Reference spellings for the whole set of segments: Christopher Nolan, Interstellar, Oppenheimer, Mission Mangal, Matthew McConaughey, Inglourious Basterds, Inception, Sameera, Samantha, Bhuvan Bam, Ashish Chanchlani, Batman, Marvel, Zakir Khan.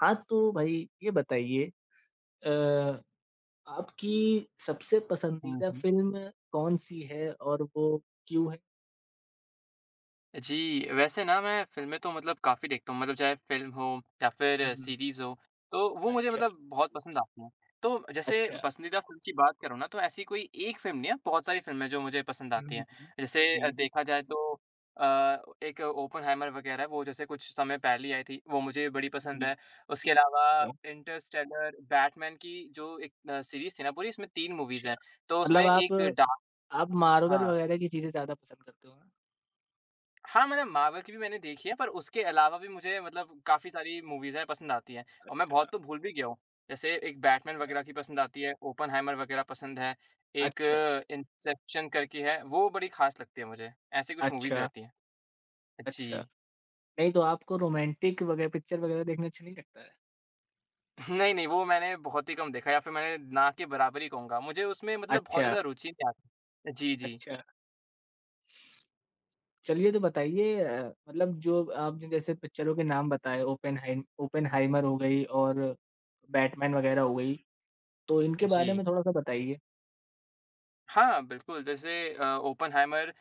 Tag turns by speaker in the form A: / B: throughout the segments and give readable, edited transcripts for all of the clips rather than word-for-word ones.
A: हाँ, तो भाई ये बताइए, अ, आपकी सबसे
B: हुँ,
A: पसंदीदा
B: हुँ।
A: फ़िल्म कौन-सी है और वो क्यों है?
B: जी, वैसे ना मैं फ़िल्में तो मतलब काफ़ी देखता हूँ, मतलब चाहे फ़िल्म हो या फिर
A: हुँ,
B: सीरीज़ हो, तो वो मुझे
A: अच्छा,
B: मतलब बहुत पसंद आती हैं। तो जैसे
A: अच्छा।
B: पसंदीदा फ़िल्म की बात करूँ ना, तो ऐसी कोई एक फ़िल्म नहीं है, बहुत सारी फ़िल्में जो मुझे पसंद
A: हुँ,
B: आती हैं।
A: हुँ।
B: जैसे
A: जी,
B: देखा जाए तो अ, एक ओपेनहाइमर वगैरह है, वो जैसे कुछ समय पहले ही आई थी, वो मुझे बड़ी पसंद
A: जी।
B: है। उसके अलावा इंटरस्टेलर, बैटमैन की जो एक सीरीज़ थी ना पूरी, इसमें 3 मूवीज़
A: अच्छा।
B: हैं। तो उसमें
A: मतलब आप
B: एक डार्क
A: आप मार्वल
B: हाँ।
A: वगैरह की चीज़ें ज़्यादा पसंद करते हो ना?
B: हाँ, मतलब मार्वल की भी मैंने देखी है, पर उसके अलावा भी मुझे मतलब काफ़ी सारी मूवीज़ हैं पसंद आती हैं और मैं
A: अच्छा,
B: बहुत तो भूल भी गया हूँ। जैसे एक बैटमैन
A: अच्छा।
B: वगैरह की पसंद आती है, ओपेनहाइमर वगैरह पसंद है, एक
A: अच्छा,
B: इंसेप्शन करके है, वो बड़ी ख़ास लगती है मुझे। ऐसी कुछ मूवीज़
A: अच्छा,
B: रहती हैं।
A: अच्छा।
B: जी।
A: नहीं तो आपको रोमांटिक वगैरह पिक्चर वगैरह देखना अच्छा नहीं लगता है?
B: नहीं, नहीं, वो मैंने बहुत ही कम देखा है या फिर मैंने ना के बराबर ही कहूँगा। मुझे उसमें मतलब बहुत
A: अच्छा,
B: ज़्यादा रुचि नहीं आती। जी, जी।
A: अच्छा। चलिए तो बताइए, मतलब जो आप ज जैसे पिक्चरों के नाम बताए, ओपेनहाइमर हो गई और बैटमैन वगैरह हो गई, तो इनके बारे
B: जी।
A: में थोड़ा-सा बताइए?
B: हाँ, बिल्कुल, जैसे ओपेनहाइमर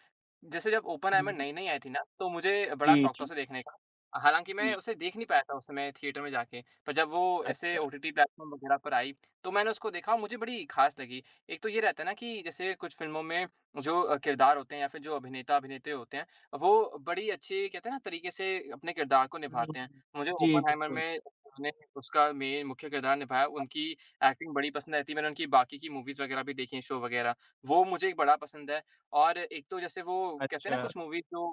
B: जैसे जब ओपेनहाइमर
A: हुँ।
B: नई-नई आई थी ना, तो मुझे
A: जी,
B: बड़ा शौक था
A: जी,
B: उसे देखने का। हालाँकि मैं
A: जी।
B: उसे देख नहीं पाया था उस समय थिएटर में जाके, पर जब वो ऐसे
A: अच्छा।
B: ओटीटी प्लेटफ़ॉर्म वगैरह पर आई, तो मैंने उसको देखा और मुझे बड़ी ख़ास लगी। एक तो ये रहता है ना कि जैसे कुछ फ़िल्मों में जो किरदार होते हैं या फिर जो अभिनेता-अभिनेत्री होते हैं, वो बड़ी अच्छी कहते हैं ना तरीके से अपने किरदार को
A: हुँ,
B: निभाते हैं।
A: हुँ।
B: मुझे
A: जी,
B: ओपेनहाइमर
A: बिल्कुल।
B: में उन्होंने उसका मेन मुख्य किरदार निभाया, उनकी एक्टिंग बड़ी पसंद आई थी। मैंने उनकी बाकी की मूवीज़ वगैरह भी देखी हैं, शो वगैरह। वो मुझे बड़ा पसंद है और एक तो जैसे वो कहते हैं ना
A: अच्छा।
B: कुछ मूवी जो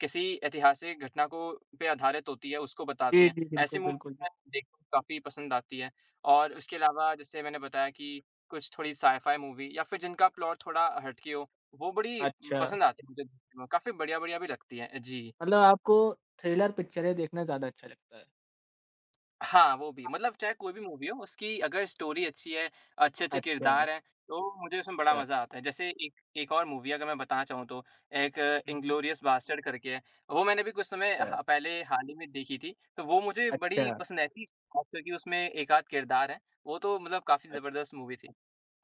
B: किसी ऐतिहासिक घटना को पे आधारित होती है, उसको बताती
A: जी,
B: हैं।
A: जी,
B: ऐसी
A: बिल्कुल, बिल्कुल। बिल
B: मूवी देखना काफ़ी पसंद आती है और उसके अलावा जैसे मैंने बताया कि कुछ थोड़ी साइ-फाई मूवी या फिर जिनका प्लॉट थोड़ा हटके हो, वो बड़ी
A: अच्छा,
B: पसंद आती है मुझे देखने में, काफ़ी बढ़िया-बढ़िया भी लगती हैं। जी।
A: मतलब आपको थ्रिलर पिक्चरें देखना ज़्यादा अच्छा लगता है?
B: हाँ, वो भी मतलब चाहे कोई भी मूवी हो, उसकी अगर स्टोरी अच्छी है, अच्छे-अच्छे
A: अच्छा,
B: किरदार हैं, तो मुझे उसमें बड़ा
A: अच्छा।
B: मज़ा आता है। जैसे एक एक और मूवी अगर मैं बताना चाहूँ तो एक
A: हुँ।
B: इंग्लोरियस बास्टर्ड करके है, वो मैंने भी कुछ समय
A: अच्छा,
B: ह पहले हाल ही में देखी थी, तो वो मुझे बड़ी
A: अच्छा,
B: पसंद आई थी, खास करके उसमें एक आध किरदार हैं, वो तो मतलब काफ़ी
A: अच्छा।
B: ज़बरदस्त मूवी थी।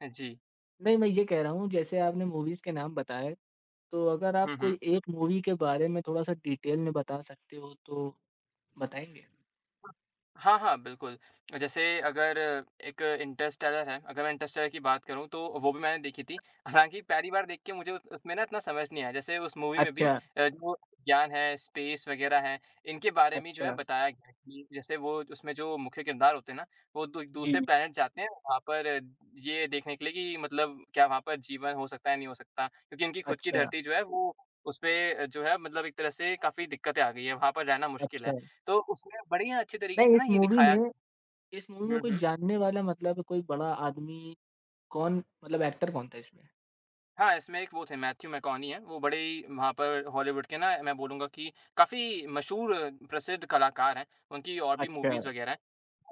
B: जी।
A: नहीं, मैं ये कह रहा हूँ जैसे आपने मूवीज़ के नाम बताए, तो अगर
B: हुँ,
A: आप
B: हुँ।
A: कोई एक मूवी के बारे में थोड़ा-सा डिटेल में बता सकते हो तो बताएँगे?
B: हाँ, हाँ, बिल्कुल। जैसे अगर एक इंटरस्टेलर है, अगर मैं इंटरस्टेलर की बात करूँ तो वो भी मैंने देखी थी। हालाँकि पहली बार देख के मुझे उस उसमें ना इतना समझ नहीं आया। जैसे उस मूवी में भी
A: अच्छा,
B: जो ज्ञान है, स्पेस वग़ैरह है, इनके बारे में जो है
A: अच्छा।
B: बताया गया है कि जैसे वो उसमें जो मुख्य किरदार होते हैं ना, वो दू
A: जी,
B: दूसरे प्लैनेट जाते हैं वहाँ पर ये देखने के लिए कि मतलब क्या वहाँ पर जीवन हो सकता है, नहीं हो सकता। क्योंकि इनकी खुद की
A: अच्छा,
B: धरती जो है वो उसपे जो है मतलब एक तरह से काफ़ी दिक्कतें आ गई हैं, वहाँ पर रहना मुश्किल है।
A: अच्छा।
B: तो उसमें बढ़िया अच्छे तरीके
A: नहीं,
B: से ना ये दिखाया
A: इस मूवी
B: हुँ,
A: में कोई
B: हुँ।
A: जानने वाला मतलब कोई बड़ा आदमी, कौन मतलब एक्टर कौन था इसमें?
B: हाँ, इसमें एक वो थे मैथ्यू मैकॉनी हैं, वो बड़े ही वहाँ पर हॉलीवुड के ना मैं बोलूँगा कि काफ़ी मशहूर प्रसिद्ध कलाकार हैं, उनकी और भी
A: अच्छा,
B: मूवीज़ वग़ैरह हैं।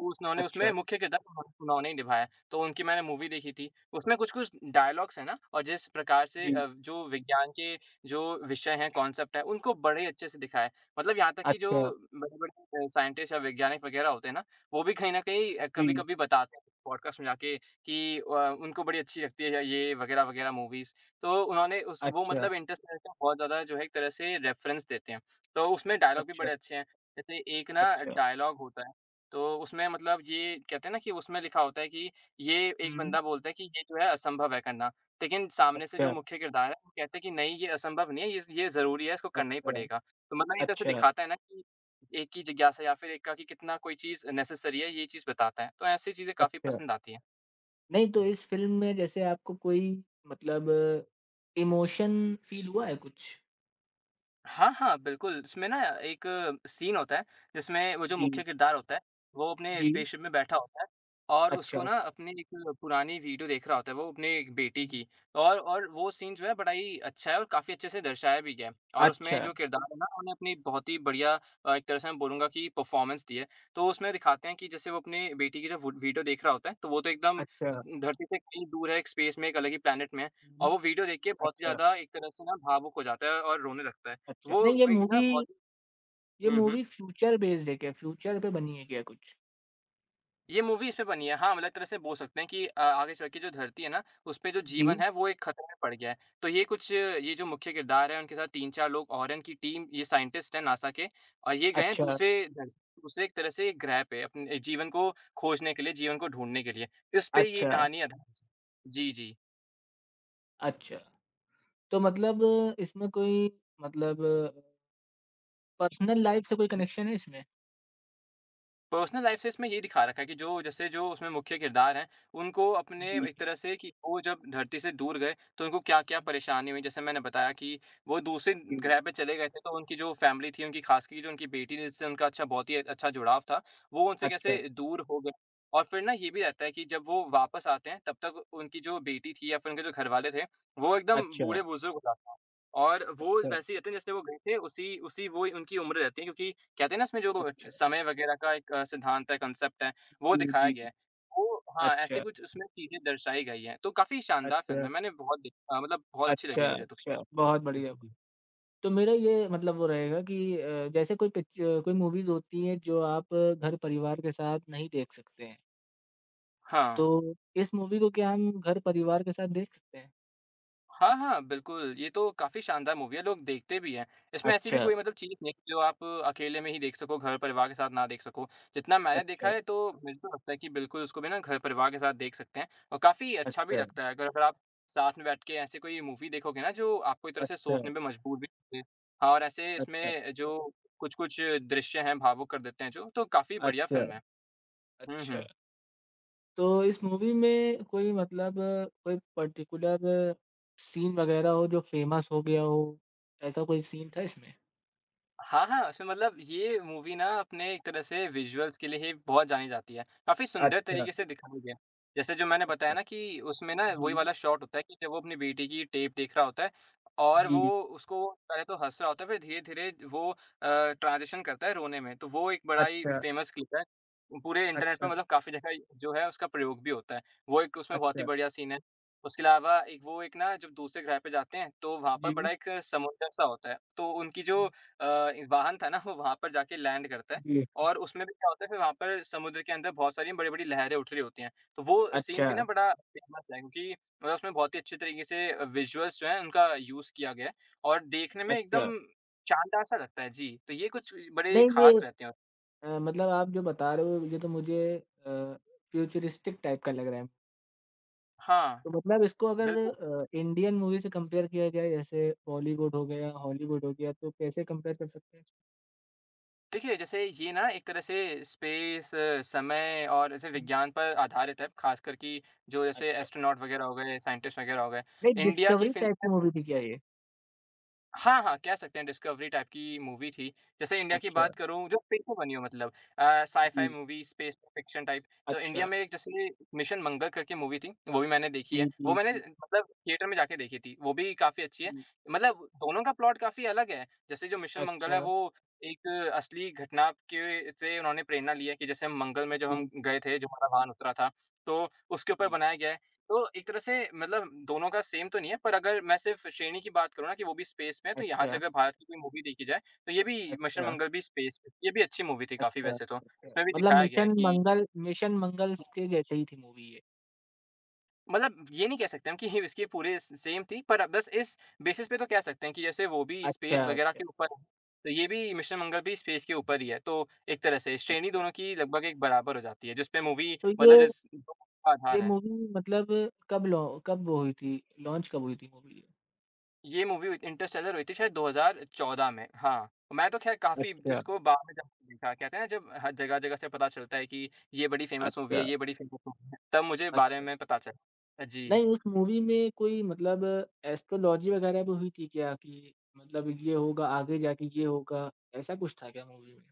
B: उन्होंने उसमें
A: अच्छा।
B: मुख्य किरदार उन्होंने उन्होंने ही निभाया है, तो उनकी मैंने मूवी देखी थी। उसमें कुछ-कुछ डायलॉग्स हैं ना और जिस प्रकार से
A: जी,
B: जो विज्ञान के जो विषय हैं, कॉन्सेप्ट हैं, उनको बड़े अच्छे से दिखाया है। मतलब यहाँ तक कि जो
A: अच्छा,
B: बड़े-बड़े साइंटिस्ट या वैज्ञानिक वग़ैरह होते हैं ना, वो भी कहीं न कहीं
A: जी,
B: कभी-कभी बताते हैं पॉडकास्ट में जाके कि उनको बड़ी अच्छी लगती है या ये वग़ैरह-वग़ैरह मूवीज़। तो उन्होंने उस वो
A: अच्छा,
B: मतलब इंटरस्टेलर का बहुत ज़्यादा जो है एक तरह से रेफ़रेंस देते हैं। तो उसमें डायलॉग भी
A: अच्छा,
B: बड़े अच्छे हैं। जैसे एक ना
A: अच्छा।
B: डायलॉग होता है, तो उसमें मतलब ये कहते हैं ना कि उसमें लिखा होता है कि ये एक
A: हुँ,
B: बंदा बोलता है कि ये जो है असंभव है करना। लेकिन सामने से जो
A: अच्छा,
B: मुख्य किरदार है वो कहते हैं कि नहीं ये असंभव नहीं है, ये ज़रूरी है, इसको करना ही
A: अच्छा,
B: पड़ेगा। तो मतलब एक तरह से
A: अच्छा,
B: दिखाता है ना कि एक की जिज्ञासा या फिर एक का कि कितना कोई चीज़ नेसेसरी है, ये चीज़ बताता है। तो ऐसी चीज़ें काफ़ी
A: अच्छा।
B: पसंद आती हैं।
A: नहीं, तो इस फ़िल्म में जैसे आपको कोई मतलब इमोशन फ़ील हुआ है कुछ?
B: हाँ, हाँ, बिल्कुल। इसमें ना एक सीन होता है, जिसमें वो जो मुख्य
A: जी।
B: किरदार होता है, वो अपने
A: जी,
B: स्पेसशिप में बैठा होता है और उसको
A: अच्छा।
B: ना अपनी एक पुरानी वीडियो देख रहा होता है वो अपनी एक बेटी
A: हम्म,
B: की और वो सीन जो है बड़ा ही अच्छा है और काफ़ी अच्छे से दर्शाया भी गया है और उसमें
A: अच्छा,
B: जो किरदार है ना, उन्होंने अपनी बहुत ही बढ़िया एक तरह से मैं बोलूँगा कि परफ़ॉर्मेंस दी है। तो उसमें दिखाते हैं कि जैसे वो अपनी बेटी की जब वो वीडियो देख रहा होता है, तो वो तो एकदम
A: अच्छा।
B: ध धरती से कहीं दूर है, एक स्पेस में, एक अलग ही प्लैनेट में है
A: हुँ,
B: और वो वीडियो देख के बहुत ही
A: अच्छा,
B: ज़्यादा एक तरह से ना भावुक हो जाता है और रोने लगता है।
A: अच्छा।
B: वो
A: नहीं,
B: एक ना बहुत
A: ये
B: हुँ, हुँ।
A: मूवी फ्यूचर बेस्ड है क्या? फ्यूचर पे बनी है क्या कुछ?
B: ये मूवी इस पे बनी है। हाँ, मतलब एक तरह से बोल सकते हैं कि आगे चल के जो धरती है ना, उसपे जो जीवन
A: जी,
B: है वो एक खतरे में पड़ गया है। तो ये कुछ ये जो मुख्य किरदार है उनके साथ 3-4 लोग और हैं इनकी टीम ये साइंटिस्ट हैं नासा के और ये गए हैं
A: अच्छा,
B: दूसरे धर दूसरे एक तरह से ग्रह पे अपने जीवन को खोजने के लिए, जीवन को ढूँढने के लिए। इस पे ये
A: अच्छा,
B: कहानी आधारित है। जी, जी।
A: अच्छा। तो मतलब, इसमें कोई मतलब पर्सनल लाइफ़ से कोई कनेक्शन है इसमें?
B: पर्सनल लाइफ से इसमें ये दिखा रखा है कि जो जैसे जो उसमें मुख्य किरदार हैं, उनको अपने
A: जी।
B: एक तरह से कि वो जब धरती से दूर गए, तो उनको क्या-क्या
A: हम्म,
B: परेशानी हुई। जैसे मैंने बताया कि वो दूसरे
A: जी,
B: ग्रह पे चले गए थे, तो उनकी जो फ़ैमिली थी, उनकी ख़ास करके जो उनकी बेटी थी, जिससे उनका अच्छा बहुत ही अच्छा जुड़ाव था, वो उनसे कैसे
A: अच्छा,
B: दूर हो गए। और फिर ना ये भी रहता है कि जब वो वापस आते हैं, तब तक उनकी जो बेटी थी या फिर उनके जो घरवाले थे, वो एकदम
A: अच्छा,
B: बूढ़े-बुज़ुर्ग हो जाते हैं। और वो
A: अच्छा,
B: वैसे ही रहते हैं जैसे वो गए थे, उसी उसी वो उनकी उम्र रहती है क्योंकि कहते हैं ना इसमें जो
A: अच्छा।
B: समय वगैरह का एक सिद्धांत है, कॉन्सेप्ट है, वो
A: जी,
B: दिखाया
A: जी,
B: गया है। वो हाँ, ऐसी
A: अच्छा,
B: कुछ उसमें चीज़ें दर्शाई गई हैं, तो काफ़ी शानदार फ़िल्म
A: अच्छा,
B: है। मैंने बहुत देखी मतलब बहुत अच्छी लगी
A: अच्छा,
B: है मुझे तो।
A: अच्छा। बहुत बढ़िया।
B: जी।
A: तो मेरा ये मतलब वो रहेगा कि जैसे कोई पिक्च कोई मूवीज़ होती हैं जो आप घर परिवार के साथ नहीं देख सकते हैं,
B: हाँ।
A: तो इस मूवी को क्या हम घर परिवार के साथ देख सकते हैं?
B: हाँ, हाँ, बिल्कुल, ये तो काफ़ी शानदार मूवी है, लोग देखते भी हैं। इसमें ऐसी भी
A: अच्छा,
B: कोई मतलब चीज़ नहीं है जो आप अकेले में ही देख सको, घर-परिवार के साथ ना देख सको। जितना मैंने देखा
A: अच्छा,
B: है तो मुझे तो लगता है कि बिल्कुल उसको भी ना घर-परिवार के साथ देख सकते हैं और काफ़ी अच्छा भी
A: अच्छा,
B: लगता है अगर अगर आप साथ में बैठ के ऐसी कोई मूवी देखोगे ना जो आपको एक तरह से
A: अच्छा,
B: सोचने पे मजबूर भी करे। हाँ, और ऐसे
A: अच्छा, अच्छा,
B: इसमें जो कुछ-कुछ दृश्य हैं भावुक कर देते हैं जो, तो काफ़ी बढ़िया
A: अच्छा,
B: फ़िल्म है। हुँ,
A: अच्छा।
B: हुँ।
A: तो इस मूवी में कोई मतलब कोई पर्टिकुलर सीन वग़ैरह हो जो फ़ेमस हो गया हो, ऐसा कोई सीन था इसमें?
B: हाँ, हाँ, उसमें मतलब ये मूवी ना अपने एक तरह से विजुअल्स के लिए ही बहुत जानी जाती है। काफ़ी सुंदर
A: अच्छा,
B: तरीके से दिखाया गया है। जैसे जो मैंने बताया
A: अच्छा।
B: ना कि उसमें ना
A: जी,
B: वही वाला शॉट होता है कि जब वो अपनी बेटी की टेप देख रहा होता है और
A: जी।
B: वो उसको पहले तो हँस रहा होता है, फिर धीरे-धीरे वो ट्रांज़िशन करता है रोने में। तो वो एक बड़ा ही
A: अच्छा,
B: फ़ेमस क्लिप है। पूरे इंटरनेट पे
A: अच्छा,
B: मतलब काफ़ी जगह जो है उसका प्रयोग भी होता है। वो एक उसमें बहुत ही
A: अच्छा।
B: बढ़िया सीन है। उसके अलावा एक वो एक ना जब दूसरे ग्रह पे जाते हैं, तो वहाँ पर बड़ा
A: जी।
B: एक समुद्र-सा होता है। तो उनकी जो वाहन था ना वो वहाँ पर जाके लैंड करता है
A: जी।
B: और उसमें भी क्या होता है फिर वहाँ पर समुद्र के अंदर बहुत सारी बड़ी-बड़ी लहरें उठ रही होती हैं। तो वो सीन
A: अच्छा,
B: भी ना बड़ा फेमस है क्योंकि मतलब उसमें बहुत ही अच्छे तरीके से विज़ुअल्स जो हैं उनका यूज़ किया गया है और देखने में
A: अच्छा।
B: एकदम शानदार-सा लगता है। जी, तो ये कुछ बड़े
A: नहीं
B: ख़ास रहते हैं।
A: मतलब आप जो बता रहे हो ये तो मुझे अ, फ्यूचरिस्टिक टाइप का लग रहा है।
B: हाँ,
A: तो मतलब इसको अगर,
B: बिल्कुल।
A: इंडियन मूवी से कंपेयर किया जाए, जैसे बॉलीवुड हो गया, हॉलीवुड हो गया, तो कैसे कंपेयर कर सकते हैं इसको?
B: देखिए, जैसे ये ना एक तरह से स्पेस, समय और जैसे
A: Yes.
B: विज्ञान पर आधारित है, ख़ासकर कि जो जैसे
A: अच्छा,
B: एस्ट्रोनॉट वग़ैरह हो गए, साइंटिस्ट वग़ैरह हो गए।
A: नहीं
B: इंडिया की
A: डिस्कवरी टाइप
B: फ़िल्में
A: की मूवी थी क्या ये?
B: हाँ, हाँ, कह सकते हैं डिस्कवरी टाइप की मूवी थी। जैसे इंडिया की
A: अच्छा,
B: बात करूँ जो फिर से बनी हो मतलब साइ-फाई
A: जी।
B: Movie space fiction type. तो इंडिया
A: अच्छा,
B: में एक जैसे मिशन मंगल करके मूवी थी, वो भी मैंने देखी है।
A: जी,
B: वो
A: जी,
B: मैंने
A: जी,
B: मतलब थिएटर में जाके देखी थी, वो भी काफ़ी अच्छी है।
A: जी।
B: मतलब दोनों का प्लॉट काफ़ी अलग है। जैसे जो मिशन मंगल है
A: अच्छा,
B: वो एक असली घटना के से उन्होंने प्रेरणा ली है कि जैसे हम मंगल में जब
A: जी,
B: हम
A: जी,
B: गए थे, जो हमारा वाहन उतरा था, तो उसके ऊपर
A: जी।
B: बनाया गया है। तो एक तरह से मतलब दोनों का सेम तो नहीं है, पर अगर मैं सिर्फ़ श्रेणी की बात करूँ ना कि वो भी स्पेस में है, तो यहाँ से
A: अच्छा,
B: अगर भारत की कोई मूवी देखी जाए, तो ये भी मिशन
A: अच्छा,
B: मंगल भी स्पेस में ये भी अच्छी मूवी थी काफ़ी
A: अच्छा,
B: वैसे तो।
A: अच्छा।
B: उसमें भी
A: मतलब
B: दिखाया गया है कि
A: मिशन मंगल्स के जैसे ही थी मूवी ये।
B: मतलब ये नहीं कह सकते हम कि ये इसकी पूरी स सेम थी, पर बस इस बेसिस पे तो कह सकते हैं कि जैसे वो भी
A: अच्छा,
B: स्पेस वग़ैरह
A: अच्छा,
B: के ऊपर है, तो ये भी मिशन मंगल भी स्पेस के ऊपर ही है। तो एक तरह से श्रेणी
A: अच्छा।
B: दोनों की लगभग एक बराबर हो जाती है, जिसपे मूवी
A: तो
B: मतलब जिस
A: ये
B: आधार है।
A: मूवी मतलब कब लॉ कब वो हुई थी, लॉन्च कब हुई थी मूवी ये?
B: ये मूवी हुई इंटरस्टेलर हुई थी शायद 2014 में। हाँ, मैं तो ख़ैर काफ़ी
A: अच्छा,
B: इसको बाद में जाके देखा। कहते हैं ना जब ह जगह-जगह से पता चलता है कि ये बड़ी फ़ेमस मूवी है,
A: अच्छा,
B: ये बड़ी फ़ेमस मूवी है, तब मुझे बारे
A: अच्छा।
B: में पता चला। जी।
A: नहीं, उस मूवी में कोई मतलब एस्ट्रोलॉजी वगैरह भी हुई थी क्या कि मतलब ये होगा, आगे जाके ये होगा, ऐसा कुछ था क्या मूवी में?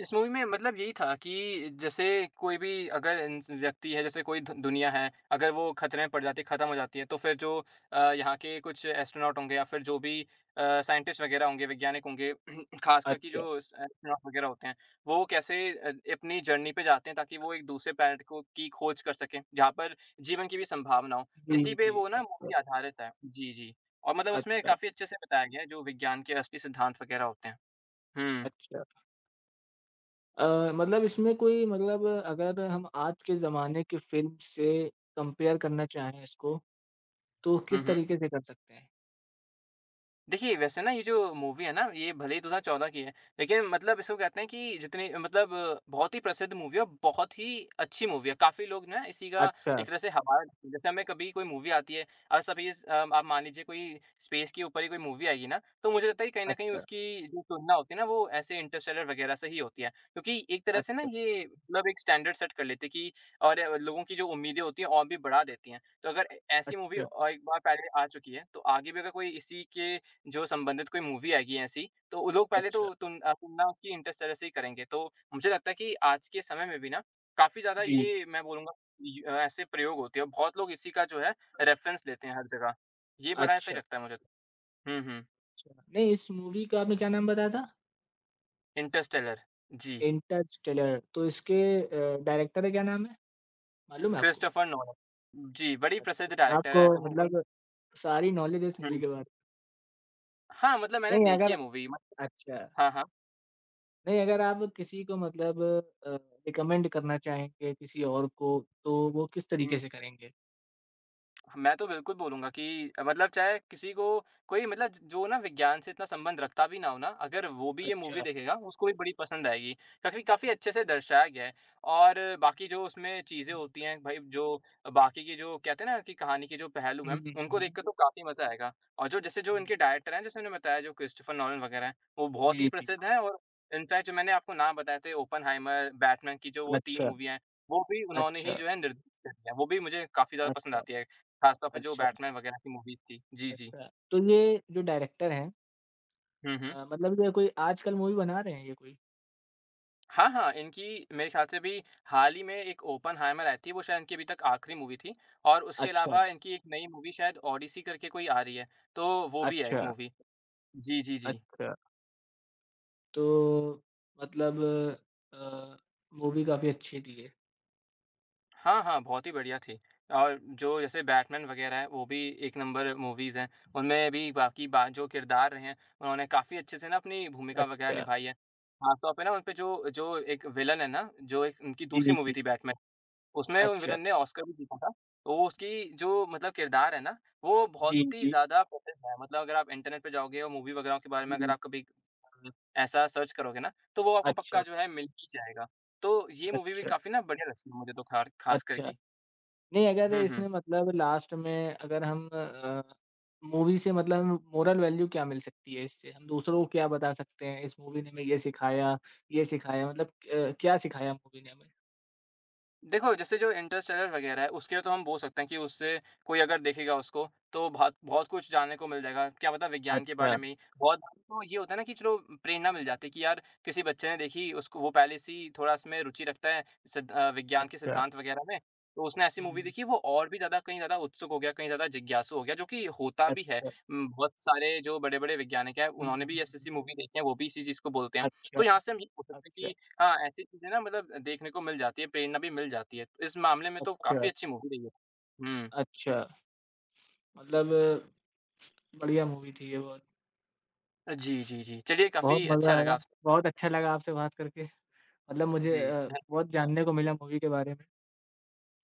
B: इस मूवी में मतलब यही था कि जैसे कोई भी अगर इंस व्यक्ति है, जैसे कोई धु दुनिया है, अगर वो खतरे में पड़ जाती है, खत्म हो जाती है, तो फिर जो यहाँ के कुछ एस्ट्रोनॉट होंगे या फिर जो भी साइंटिस्ट वगैरह होंगे, वैज्ञानिक होंगे, खासकर कि
A: अच्छा।
B: जो स एस्ट्रोनॉट वगैरह होते हैं, वो कैसे अपनी जर्नी पे जाते हैं ताकि वो एक दूसरे प्लैनेट को की खोज कर सकें, जहाँ पर जीवन की भी संभावना हो।
A: जी,
B: इसी पे
A: जी।
B: वो ना मूवी
A: अच्छा,
B: आधारित है। जी, जी। और मतलब उसमें
A: अच्छा,
B: काफ़ी अच्छे से बताया गया है, जो विज्ञान के असली सिद्धांत वगैरह होते हैं। हुँ।
A: अच्छा। मतलब इसमें कोई मतलब अगर हम आज के ज़माने की फ़िल्म से कंपेयर करना चाहें इसको, तो
B: हुँ,
A: किस
B: हुँ।
A: तरीके से कर सकते हैं?
B: देखिए, वैसे ना ये जो मूवी है ना, ये भले ही 2014 की है, लेकिन मतलब इसको कहते हैं कि जितनी मतलब बहुत ही प्रसिद्ध मूवी है और बहुत ही अच्छी मूवी है। काफ़ी लोग ना इसी का
A: अच्छा,
B: एक तरह से हवा जैसे हमें कभी कोई मूवी आती है और आप मान लीजिए कोई स्पेस के ऊपर ही कोई मूवी आएगी ना, तो मुझे लगता है कि कहीं न कहीं
A: अच्छा।
B: उसकी जो तुलना होती है ना, वो ऐसे इंटरस्टेलर वगैरह से ही होती है। क्योंकि एक तरह से ना
A: अच्छा,
B: ये मतलब एक स्टैंडर्ड सेट कर लेती है कि और लोगों की जो उम्मीदें होती हैं और भी बढ़ा देती हैं। तो अगर ऐसी मूवी
A: अच्छा,
B: एक बार पहले आ चुकी है, तो आगे भी अगर कोई इसी के जो संबंधित कोई मूवी आएगी ऐसी, तो वो लोग पहले
A: अच्छा।
B: तुलना उसकी इंटरस्टेलर से ही करेंगे। तो मुझे लगता है कि आज के समय में भी ना काफ़ी ज़्यादा
A: जी,
B: ये मैं बोलूँगा ऐसे प्रयोग होते हैं और बहुत लोग इसी का जो है रेफ़रेंस लेते हैं हर जगह। ये बड़ा सही
A: अच्छा,
B: लगता है मुझे तो। हुँ, हुँ।
A: अच्छा। नहीं, इस मूवी का आपने क्या नाम बताया था?
B: इंटरस्टेलर जी।
A: इंटरस्टेलर। तो इसके, डायरेक्टर का क्या नाम है? मालूम है आपको?
B: क्रिस्टोफर नोलन जी, बड़ी प्रसिद्ध
A: अच्छा,
B: डायरेक्टर
A: आपको
B: है। उह उन
A: मतलब सारी नॉलेज है इस मूवी
B: हुँ।
A: के बारे में।
B: हाँ, मतलब मैंने
A: नहीं
B: देखी है
A: अगर
B: मूवी मत
A: अच्छा,
B: हाँ, हाँ।
A: नहीं अगर आप किसी को मतलब, रिकमेंड करना चाहेंगे किसी और को, तो वो किस तरीके
B: हुँ।
A: से करेंगे?
B: मैं तो बिल्कुल बोलूँगा कि मतलब चाहे किसी को कोई मतलब ज जो ना विज्ञान से इतना संबंध रखता भी ना हो ना, अगर वो भी ये मूवी
A: अच्छा।
B: देखेगा, उसको भी बड़ी पसंद आएगी। काफ़ी काफ़ी अच्छे से दर्शाया गया है और बाकी जो उसमें चीज़ें होती हैं भाई जो बाकी की जो कहते हैं ना कि कहानी के जो पहलू हैं,
A: हुँ, हुँ,
B: उनको देख
A: हुँ,
B: के तो काफ़ी मज़ा आएगा। और जो जैसे जो
A: हुँ।
B: इनके डायरेक्टर हैं, जैसे मैंने बताया जो क्रिस्टोफर नॉलन वग़ैरह हैं, वो बहुत ही
A: जी, जी।
B: प्रसिद्ध हैं और इनफैक्ट जो मैंने आपको नाम बताए थे ओपेनहाइमर, बैटमैन की जो वो 3
A: अच्छा,
B: मूवी हैं, वो भी उन्होंने ही
A: अच्छा,
B: जो है निर्देशित करी हैं। वो भी मुझे काफ़ी ज़्यादा पसंद
A: अच्छा,
B: आती है। ख़ासतौर पे जो
A: अच्छा,
B: बैटमैन वग़ैरह की मूवीज़ थी। जी, जी।
A: अच्छा। तो ये जो डायरेक्टर हैं,
B: हुँ, हुँ।
A: मतलब ये कोई आजकल मूवी बना रहे हैं ये कोई?
B: हाँ, हाँ, इनकी मेरे ख़्याल से भी हाल ही में एक ओपेनहाइमर आई थी, वो शायद इनकी अभी तक आखिरी मूवी थी और उसके
A: अच्छा,
B: अलावा इनकी एक नई मूवी शायद ओडिसी करके कोई आ रही है, तो वो भी है एक
A: अच्छा,
B: मूवी। जी, जी, जी।
A: अच्छा। तो मतलब, अ, मूवी काफ़ी अच्छी थी ये।
B: हाँ, हाँ, बहुत ही बढ़िया थी और जो जैसे बैटमैन वग़ैरह है, वो भी एक नंबर मूवीज़ हैं। उनमें भी बाकी बा जो किरदार रहे हैं, उन्होंने काफ़ी अच्छे से ना अपनी भूमिका वग़ैरह
A: अच्छा,
B: निभाई है। ख़ासतौर पे ना उनपे जो जो एक विलन है ना, जो एक उनकी दूसरी
A: जी,
B: मूवी
A: जी।
B: थी बैटमैन उसमें वो
A: अच्छा,
B: विलन ने ऑस्कर भी जीता था। तो उसकी जो मतलब किरदार है ना, वो बहुत
A: जी,
B: ही
A: जी,
B: ज़्यादा प्रसिद्ध है। मतलब अगर आप इंटरनेट पे जाओगे और मूवी वगैरह के बारे में अगर
A: जी।
B: आप कभी ऐसा सर्च करोगे ना, तो वो आपको पक्का
A: अच्छा,
B: जो है मिल ही जाएगा। तो ये मूवी भी
A: अच्छा,
B: काफ़ी ना बढ़िया लगती है मुझे तो खार ख़ास कर
A: अच्छा।
B: की।
A: नहीं अगर
B: हुँ, हुँ।
A: इसमें मतलब लास्ट में अगर हम मूवी से मतलब मोरल वैल्यू क्या मिल सकती है इससे? हम दूसरों को क्या बता सकते हैं इस मूवी ने हमें ये सिखाया मतलब, क्या सिखाया मूवी ने हमें?
B: देखो, जैसे जो इंटरस्टेलर वगैरह है, उसके लिए तो हम बोल सकते हैं कि उससे कोई अगर देखेगा उसको, तो बहुत बहुत कुछ जानने को मिल जाएगा। क्या पता विज्ञान के बारे
A: अच्छा,
B: में ही। बहुत बार तो ये होता है ना कि चलो प्रेरणा मिल जाती है कि यार किसी बच्चे ने देखी, उसको वो पहले से ही थोड़ा इसमें रुचि रखता है विज्ञान के
A: अच्छा।
B: सिद्धांत वगैरह में। तो उसने ऐसी मूवी
A: हुँ,
B: देखी, वो और भी ज़्यादा कहीं ज़्यादा उत्सुक हो गया, कहीं ज़्यादा जिज्ञासु हो गया, जो कि होता भी है।
A: अच्छा।
B: बहुत सारे जो बड़े-बड़े वैज्ञानिक हैं,
A: हुँ,
B: उन्होंने भी
A: हुँ, हुँ।
B: ऐसी-ऐसी मूवी देखी है, वो भी इसी चीज़ को बोलते हैं। तो
A: अच्छा,
B: यहाँ से हम ये बोल सकते हैं
A: अच्छा,
B: कि हाँ, ऐसी चीज़ें ना मतलब देखने को मिल जाती है, प्रेरणा भी मिल जाती है। तो इस मामले में तो
A: अच्छा,
B: काफ़ी अच्छी मूवी रही है। हुँ।
A: अच्छा। मतलब बढ़िया मूवी थी ये बहुत।
B: जी, जी, जी। चलिए
A: बहुत
B: काफ़ी
A: मज़ा
B: अच्छा लगा
A: आया।
B: आपसे
A: बहुत अच्छा लगा आपसे बात करके। मतलब मुझे,
B: जी।
A: बहुत जानने को मिला मूवी के बारे में।